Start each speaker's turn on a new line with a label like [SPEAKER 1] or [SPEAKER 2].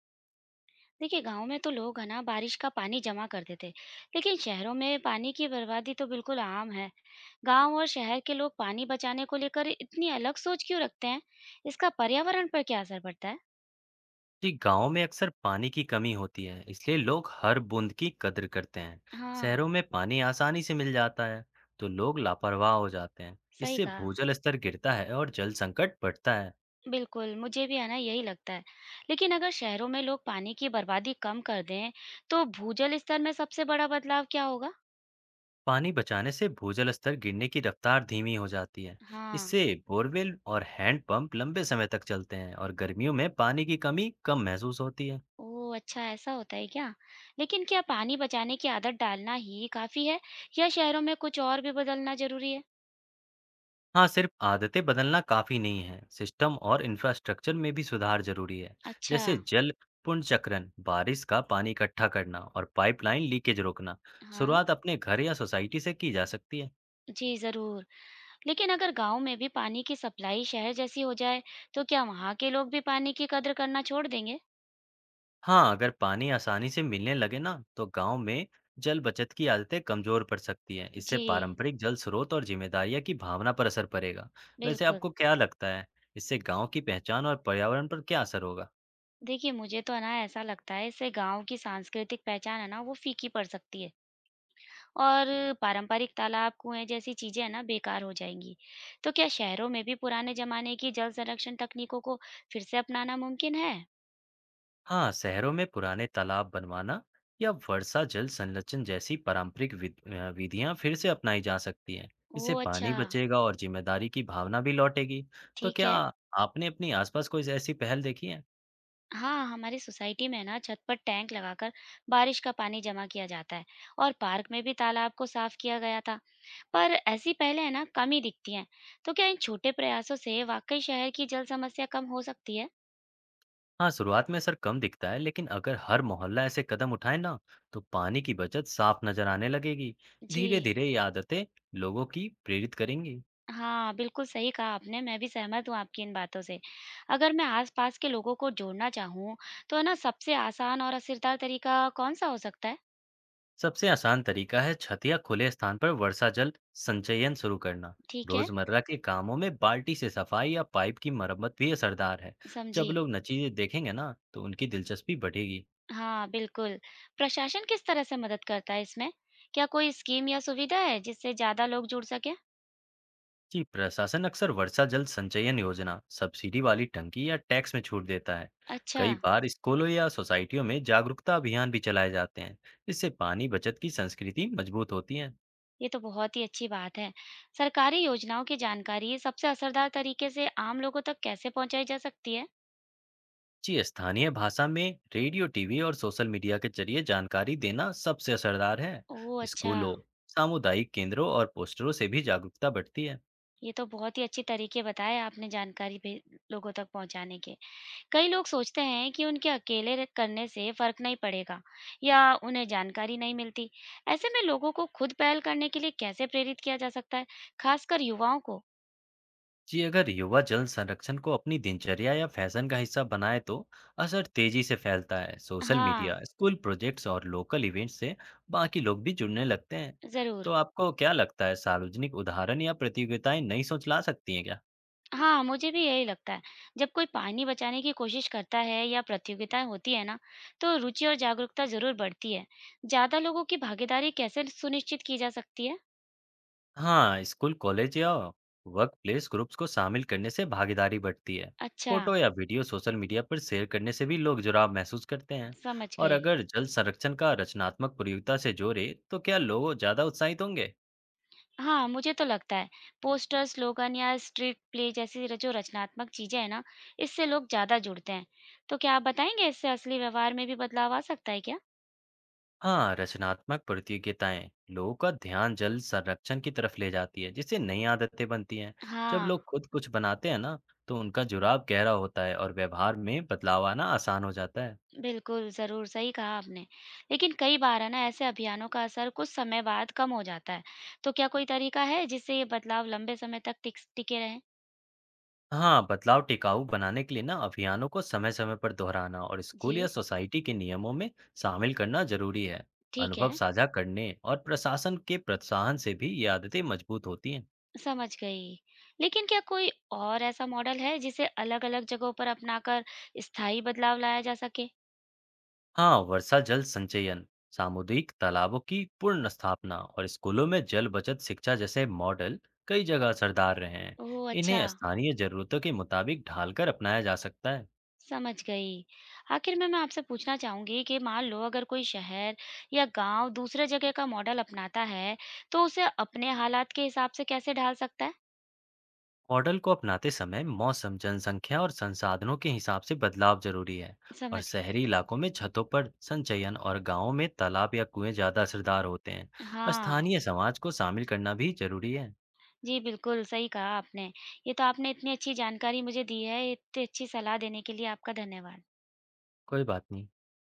[SPEAKER 1] देखिए गांव में तो लोग है ना बारिश का पानी जमा करते थे। लेकिन शहरों में पानी की बर्बादी तो बिल्कुल आम है। गांव और शहर के लोग पानी बचाने को लेकर इतनी अलग सोच क्यों रखते हैं? इसका पर्यावरण पर क्या असर पड़ता है?
[SPEAKER 2] जी गांव में अक्सर पानी की कमी होती है, इसलिए लोग हर बूंद की कद्र करते हैं। शहरों
[SPEAKER 1] हाँ,
[SPEAKER 2] में पानी आसानी से मिल जाता है तो लोग लापरवाह हो जाते हैं।
[SPEAKER 1] सही
[SPEAKER 2] इससे
[SPEAKER 1] कहा।
[SPEAKER 2] भूजल स्तर गिरता है और जल संकट बढ़ता है।
[SPEAKER 1] बिल्कुल, मुझे भी है ना यही लगता है। लेकिन अगर शहरों में लोग पानी की बर्बादी कम कर दें, तो भूजल स्तर में सबसे बड़ा बदलाव क्या होगा?
[SPEAKER 2] पानी बचाने से भूजल स्तर गिरने की रफ्तार धीमी हो जाती है।
[SPEAKER 1] हाँ।
[SPEAKER 2] इससे बोरवेल और हैंडपंप लंबे समय तक चलते हैं और गर्मियों में पानी की कमी कम महसूस होती है।
[SPEAKER 1] ओह! अच्छा, ऐसा होता है क्या? लेकिन क्या पानी बचाने की आदत डालना ही काफ़ी है, या शहरों में कुछ और भी बदलना ज़रूरी है?
[SPEAKER 2] हाँ, सिर्फ आदतें बदलना काफ़ी नहीं है, सिस्टम और इंफ्रास्ट्रक्चर में भी सुधार ज़रूरी है,
[SPEAKER 1] अच्छा,
[SPEAKER 2] जैसे जल पुनर्चक्रण, बारिश का पानी इकट्ठा करना और पाइपलाइन लीकेज रोकना।
[SPEAKER 1] हाँ।
[SPEAKER 2] शुरुआत अपने घर या सोसाइटी से की जा सकती है।
[SPEAKER 1] जी, ज़रूर। लेकिन अगर गाँव में भी पानी की सप्लाई शहर जैसी हो जाए, तो क्या वहाँ के लोग भी पानी की कदर करना छोड़ देंगे?
[SPEAKER 2] हाँ, अगर पानी आसानी से मिलने लगे ना, तो गांव में जल बचत की आदतें कमज़ोर पड़ सकती हैं। इससे
[SPEAKER 1] जी,
[SPEAKER 2] पारंपरिक जल स्रोत और जिम्मेदारियां की भावना पर असर पड़ेगा। वैसे आपको
[SPEAKER 1] बिल्कुल।
[SPEAKER 2] क्या लगता है, इससे गांव की पहचान और पर्यावरण पर क्या असर होगा?
[SPEAKER 1] देखिए, मुझे तो है ना ऐसा लगता है इससे गाँव की सांस्कृतिक पहचान है ना वो फीकी पड़ सकती है। और पारंपरिक तालाब, कुएं जैसी चीजें है ना बेकार हो जाएंगी। तो क्या शहरों में भी पुराने जमाने की जल संरक्षण तकनीकों को फिर से अपनाना मुमकिन है?
[SPEAKER 2] हाँ, शहरों में पुराने तालाब बनवाना या वर्षा जल संरक्षण जैसी पारंपरिक विधियां फिर से अपनाई जा सकती हैं। इससे
[SPEAKER 1] ओह, अच्छा।
[SPEAKER 2] पानी बचेगा और जिम्मेदारी की भावना भी लौटेगी। तो
[SPEAKER 1] ठीक
[SPEAKER 2] क्या
[SPEAKER 1] है।
[SPEAKER 2] आपने अपनी आसपास कोई ऐसी पहल देखी है?
[SPEAKER 1] हाँ, हमारी सोसाइटी में ना छत पर टैंक लगाकर बारिश का पानी जमा किया जाता है, और पार्क में भी तालाब को साफ किया गया था। पर ऐसी पहले है ना कम ही दिखती हैं। तो क्या इन छोटे प्रयासों से वाकई शहर की जल समस्या कम हो सकती है?
[SPEAKER 2] हाँ, शुरुआत में असर कम दिखता है, लेकिन अगर हर मोहल्ला ऐसे कदम उठाए ना, तो पानी की बचत साफ नजर आने लगेगी। धीरे
[SPEAKER 1] जी।
[SPEAKER 2] धीरे ये आदतें लोगों की प्रेरित करेंगी।
[SPEAKER 1] हाँ, बिल्कुल सही कहा आपने, मैं भी सहमत हूँ आपकी इन बातों से। अगर मैं आस-पास के लोगों को जोड़ना चाहूँ, तो है ना सबसे आसान और असरदार तरीका कौन-सा हो सकता है?
[SPEAKER 2] सबसे आसान तरीका है छत या खुले स्थान पर वर्षा जल संचयन शुरू करना।
[SPEAKER 1] ठीक है,
[SPEAKER 2] रोजमर्रा के कामों में बाल्टी से सफाई या पाइप की मरम्मत भी असरदार है। जब
[SPEAKER 1] समझी।
[SPEAKER 2] लोग नतीजे देखेंगे ना, तो उनकी दिलचस्पी बढ़ेगी।
[SPEAKER 1] हाँ, बिल्कुल। प्रशासन किस तरह से मदद करता है इसमें? क्या कोई स्कीम या सुविधा है जिससे ज़्यादा लोग जुड़ सकें?
[SPEAKER 2] जी, प्रशासन अक्सर वर्षा जल संचयन योजना, सब्सिडी वाली टंकी या टैक्स में छूट देता है।
[SPEAKER 1] अच्छा,
[SPEAKER 2] कई बार स्कूलों या सोसाइटियों में जागरूकता अभियान भी चलाए जाते हैं। इससे पानी बचत की संस्कृति मजबूत होती है।
[SPEAKER 1] ये तो बहुत ही अच्छी बात है। सरकारी योजनाओं की जानकारी सबसे असरदार तरीके से आम लोगों तक कैसे पहुँचाई जा सकती है?
[SPEAKER 2] जी, स्थानीय भाषा में रेडियो, टीवी और सोशल मीडिया के जरिए जानकारी देना सबसे असरदार है।
[SPEAKER 1] ओह, अच्छा।
[SPEAKER 2] स्कूलों, सामुदायिक केंद्रों और पोस्टरों से भी जागरूकता बढ़ती है।
[SPEAKER 1] ये तो बहुत ही अच्छे तरीके बताए आपने जानकारी भे लोगों तक पहुँचाने के। कई लोग सोचते हैं कि उनके अकेले र करने से फ़र्क नहीं पड़ेगा, या उन्हें जानकारी नहीं मिलती। ऐसे में लोगों को खुद पहल करने के लिए कैसे प्रेरित किया जा सकता है, ख़ासकर युवाओं को?
[SPEAKER 2] जी, अगर युवा जल संरक्षण को अपनी दिनचर्या या फैशन का हिस्सा बनाए तो असर तेजी से फैलता है। सोशल मीडिया,
[SPEAKER 1] हाँ,
[SPEAKER 2] स्कूल प्रोजेक्ट्स और लोकल इवेंट्स से बाकी लोग भी जुड़ने लगते हैं। तो
[SPEAKER 1] ज़रूर।
[SPEAKER 2] आपको क्या लगता है, सार्वजनिक उदाहरण या प्रतियोगिताएं नई सोच ला सकती हैं क्या?
[SPEAKER 1] हाँ, मुझे भी यही लगता है। जब कोई पानी बचाने की कोशिश करता है या प्रतियोगिताएँ होती है ना, तो रुचि और जागरूकता ज़रूर बढ़ती है। ज़्यादा लोगों की भागीदारी कैसे सुनिश्चित की जा सकती है?
[SPEAKER 2] हाँ, स्कूल, कॉलेज या वर्क प्लेस ग्रुप्स को शामिल करने से भागीदारी बढ़ती है।
[SPEAKER 1] अच्छा,
[SPEAKER 2] फोटो या वीडियो सोशल मीडिया पर शेयर करने से भी लोग जुड़ाव महसूस करते हैं।
[SPEAKER 1] समझ
[SPEAKER 2] और
[SPEAKER 1] गई।
[SPEAKER 2] अगर जल संरक्षण का रचनात्मक प्रतियोगिता से जोड़े तो क्या लोग ज्यादा उत्साहित होंगे?
[SPEAKER 1] हाँ, मुझे तो लगता है। पोस्टर, स्लोगन या स्ट्रीट प्ले जैसी र जो रचनात्मक चीज़ें हैं ना, इससे लोग ज़्यादा जुड़ते हैं। तो क्या आप बताएँगे इससे असली व्यवहार में भी बदलाव आ सकता है क्या?
[SPEAKER 2] हाँ, रचनात्मक प्रतियोगिताएं लोगों का ध्यान जल संरक्षण की तरफ ले जाती है, जिससे नई आदतें बनती हैं। जब
[SPEAKER 1] हाँ,
[SPEAKER 2] लोग खुद कुछ बनाते हैं ना, तो उनका जुड़ाव गहरा होता है और व्यवहार में बदलाव आना आसान हो जाता है।
[SPEAKER 1] बिल्कुल, ज़रूर, सही कहा आपने। लेकिन कई बार है ना ऐसे अभियानों का असर कुछ समय बाद कम हो जाता है। तो क्या कोई तरीका है जिससे ये बदलाव लंबे समय तक टिक्स टिके रहें?
[SPEAKER 2] हाँ, बदलाव टिकाऊ बनाने के लिए ना अभियानों को समय समय पर दोहराना और
[SPEAKER 1] जी,
[SPEAKER 2] स्कूल या सोसाइटी के नियमों में शामिल करना जरूरी है।
[SPEAKER 1] ठीक
[SPEAKER 2] अनुभव
[SPEAKER 1] है,
[SPEAKER 2] साझा करने और प्रशासन के प्रोत्साहन से भी ये आदतें मजबूत होती हैं।
[SPEAKER 1] समझ गई। लेकिन क्या कोई और ऐसा मॉडल है जिसे अलग-अलग जगहों पर अपनाकर स्थायी बदलाव लाया जा सके?
[SPEAKER 2] हाँ, वर्षा जल संचयन, सामुदायिक तालाबों की पूर्ण स्थापना और स्कूलों में जल बचत शिक्षा जैसे मॉडल कई जगह असरदार रहे हैं।
[SPEAKER 1] ओह! अच्छा,
[SPEAKER 2] इन्हें स्थानीय जरूरतों के मुताबिक ढालकर अपनाया जा सकता है।
[SPEAKER 1] समझ गई। आखिर में मैं आपसे पूछना चाहूँगी कि मान लो अगर कोई शहर या गाँव दूसरे जगह का मॉडल अपनाता है, तो उसे अपने हालात के हिसाब से कैसे ढाल सकता है?
[SPEAKER 2] मॉडल को अपनाते समय मौसम, जनसंख्या और संसाधनों के हिसाब से बदलाव जरूरी है। और
[SPEAKER 1] समझ गई।
[SPEAKER 2] शहरी इलाकों में छतों पर संचयन और गांवों में तालाब या कुएं ज्यादा असरदार होते हैं।
[SPEAKER 1] हाँ,
[SPEAKER 2] स्थानीय समाज को शामिल करना भी जरूरी है।
[SPEAKER 1] जी बिल्कुल, सही कहा आपने। ये तो आपने इतनी अच्छी जानकारी मुझे दी है, इतनी अच्छी सलाह देने के लिए आपका धन्यवाद।
[SPEAKER 2] कोई बात नहीं।